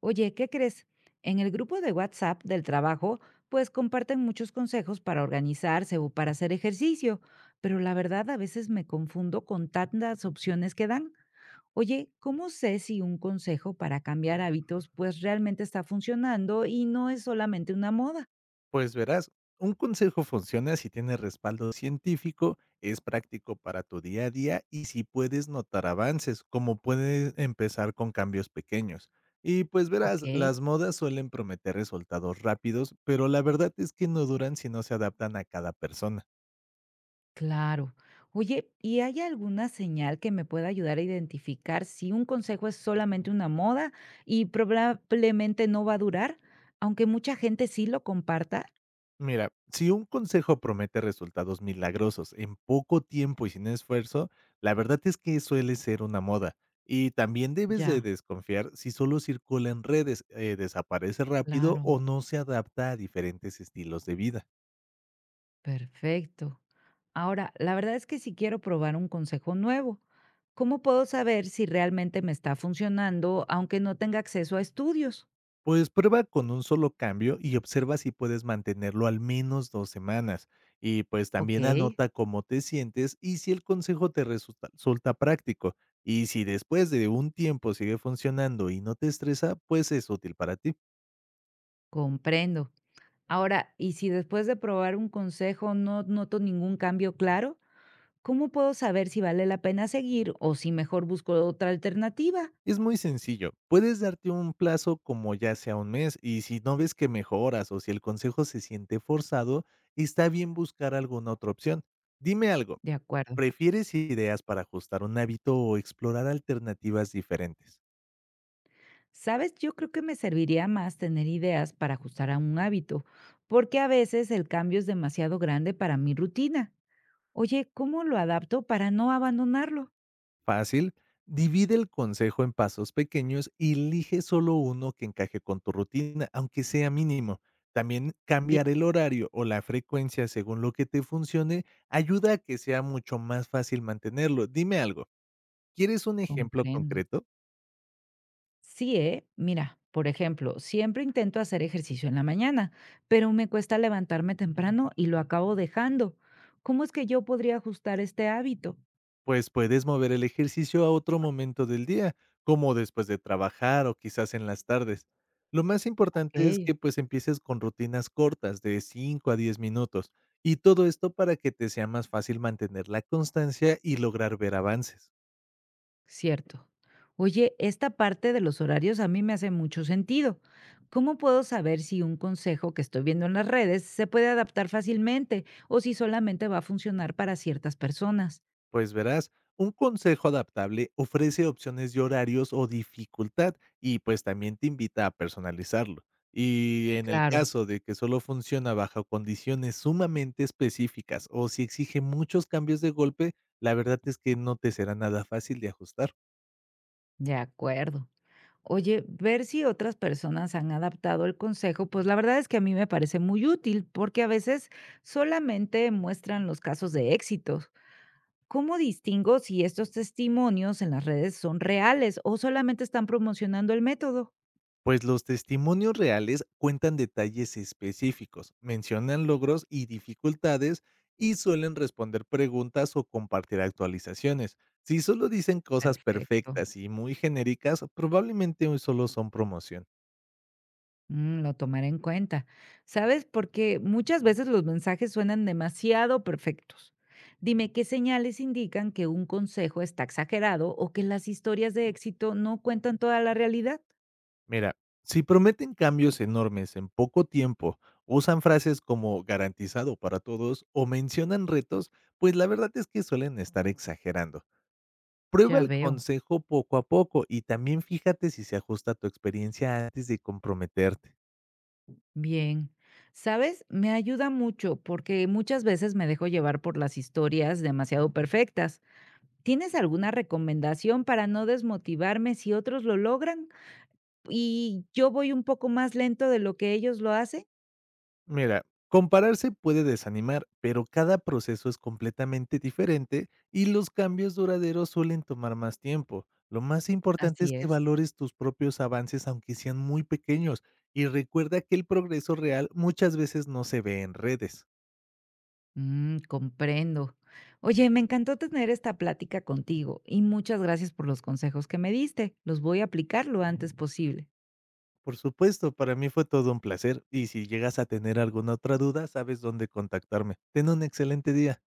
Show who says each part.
Speaker 1: Oye, ¿qué crees? En el grupo de WhatsApp del trabajo, pues comparten muchos consejos para organizarse o para hacer ejercicio, pero la verdad a veces me confundo con tantas opciones que dan. Oye, ¿cómo sé si un consejo para cambiar hábitos pues realmente está funcionando y no es solamente una moda?
Speaker 2: Pues verás, un consejo funciona si tiene respaldo científico, es práctico para tu día a día y si puedes notar avances, como puedes empezar con cambios pequeños. Y pues verás,
Speaker 1: Ok.
Speaker 2: las modas suelen prometer resultados rápidos, pero la verdad es que no duran si no se adaptan a cada persona.
Speaker 1: Claro. Oye, ¿y hay alguna señal que me pueda ayudar a identificar si un consejo es solamente una moda y probablemente no va a durar, aunque mucha gente sí lo comparta?
Speaker 2: Mira, si un consejo promete resultados milagrosos en poco tiempo y sin esfuerzo, la verdad es que suele ser una moda. Y también debes de
Speaker 1: Ya,
Speaker 2: desconfiar si solo circula en redes, desaparece rápido
Speaker 1: claro.
Speaker 2: o no se adapta a diferentes estilos de vida.
Speaker 1: Perfecto. Ahora, la verdad es que si quiero probar un consejo nuevo, ¿cómo puedo saber si realmente me está funcionando aunque no tenga acceso a estudios?
Speaker 2: Pues prueba con un solo cambio y observa si puedes mantenerlo al menos 2 semanas. Y pues
Speaker 1: Ok,
Speaker 2: también anota cómo te sientes y si el consejo te resulta práctico. Y si después de un tiempo sigue funcionando y no te estresa, pues es útil para ti.
Speaker 1: comprendo. Ahora, ¿y si después de probar un consejo no noto ningún cambio claro? ¿Cómo puedo saber si vale la pena seguir o si mejor busco otra alternativa?
Speaker 2: Es muy sencillo. Puedes darte un plazo como ya sea un mes y si no ves que mejoras o si el consejo se siente forzado, está bien buscar alguna otra opción. Dime algo.
Speaker 1: De acuerdo.
Speaker 2: ¿Prefieres ideas para ajustar un hábito o explorar alternativas diferentes?
Speaker 1: Sabes, yo creo que me serviría más tener ideas para ajustar a un hábito, porque a veces el cambio es demasiado grande para mi rutina. Oye, ¿cómo lo adapto para no abandonarlo?
Speaker 2: Fácil. Divide el consejo en pasos pequeños y elige solo uno que encaje con tu rutina, aunque sea mínimo. También
Speaker 1: Bien,
Speaker 2: cambiar el horario o la frecuencia según lo que te funcione ayuda a que sea mucho más fácil mantenerlo. Dime algo, ¿quieres un ejemplo
Speaker 1: comprendo.
Speaker 2: concreto?
Speaker 1: Sí, ¿eh? Mira, por ejemplo, siempre intento hacer ejercicio en la mañana, pero me cuesta levantarme temprano y lo acabo dejando. ¿Cómo es que yo podría ajustar este hábito?
Speaker 2: Pues puedes mover el ejercicio a otro momento del día, como después de trabajar o quizás en las tardes. Lo más importante es
Speaker 1: Ok.
Speaker 2: que pues empieces con rutinas cortas de 5 a 10 minutos y todo esto para que te sea más fácil mantener la constancia y lograr ver avances.
Speaker 1: Cierto. Oye, esta parte de los horarios a mí me hace mucho sentido. ¿Cómo puedo saber si un consejo que estoy viendo en las redes se puede adaptar fácilmente o si solamente va a funcionar para ciertas personas?
Speaker 2: Pues verás, un consejo adaptable ofrece opciones de horarios o dificultad y pues también te invita a personalizarlo. Y en el
Speaker 1: Claro,
Speaker 2: caso de que solo funciona bajo condiciones sumamente específicas o si exige muchos cambios de golpe, la verdad es que no te será nada fácil de ajustar.
Speaker 1: de acuerdo. Oye, ver si otras personas han adaptado el consejo, pues la verdad es que a mí me parece muy útil porque a veces solamente muestran los casos de éxitos. ¿Cómo distingo si estos testimonios en las redes son reales o solamente están promocionando el método?
Speaker 2: Pues los testimonios reales cuentan detalles específicos, mencionan logros y dificultades y suelen responder preguntas o compartir actualizaciones. Si solo dicen cosas
Speaker 1: Perfecto.
Speaker 2: perfectas y muy genéricas, probablemente hoy solo son promoción.
Speaker 1: Mm, lo tomaré en cuenta. ¿Sabes? Porque muchas veces los mensajes suenan demasiado perfectos. Dime qué señales indican que un consejo está exagerado o que las historias de éxito no cuentan toda la realidad.
Speaker 2: Mira, si prometen cambios enormes en poco tiempo, usan frases como garantizado para todos o mencionan retos, pues la verdad es que suelen estar exagerando. Prueba
Speaker 1: Ya
Speaker 2: el
Speaker 1: veo.
Speaker 2: consejo poco a poco y también fíjate si se ajusta a tu experiencia antes de comprometerte.
Speaker 1: Bien. ¿Sabes? Me ayuda mucho porque muchas veces me dejo llevar por las historias demasiado perfectas. ¿Tienes alguna recomendación para no desmotivarme si otros lo logran y yo voy un poco más lento de lo que ellos lo hacen?
Speaker 2: Mira, compararse puede desanimar, pero cada proceso es completamente diferente y los cambios duraderos suelen tomar más tiempo. Lo más importante es
Speaker 1: Así
Speaker 2: que
Speaker 1: es.
Speaker 2: valores tus propios avances aunque sean muy pequeños y recuerda que el progreso real muchas veces no se ve en redes.
Speaker 1: Mm, comprendo. Oye, me encantó tener esta plática contigo y muchas gracias por los consejos que me diste. Los voy a aplicar lo antes posible.
Speaker 2: Por supuesto, para mí fue todo un placer y si llegas a tener alguna otra duda, sabes dónde contactarme. Ten un excelente día.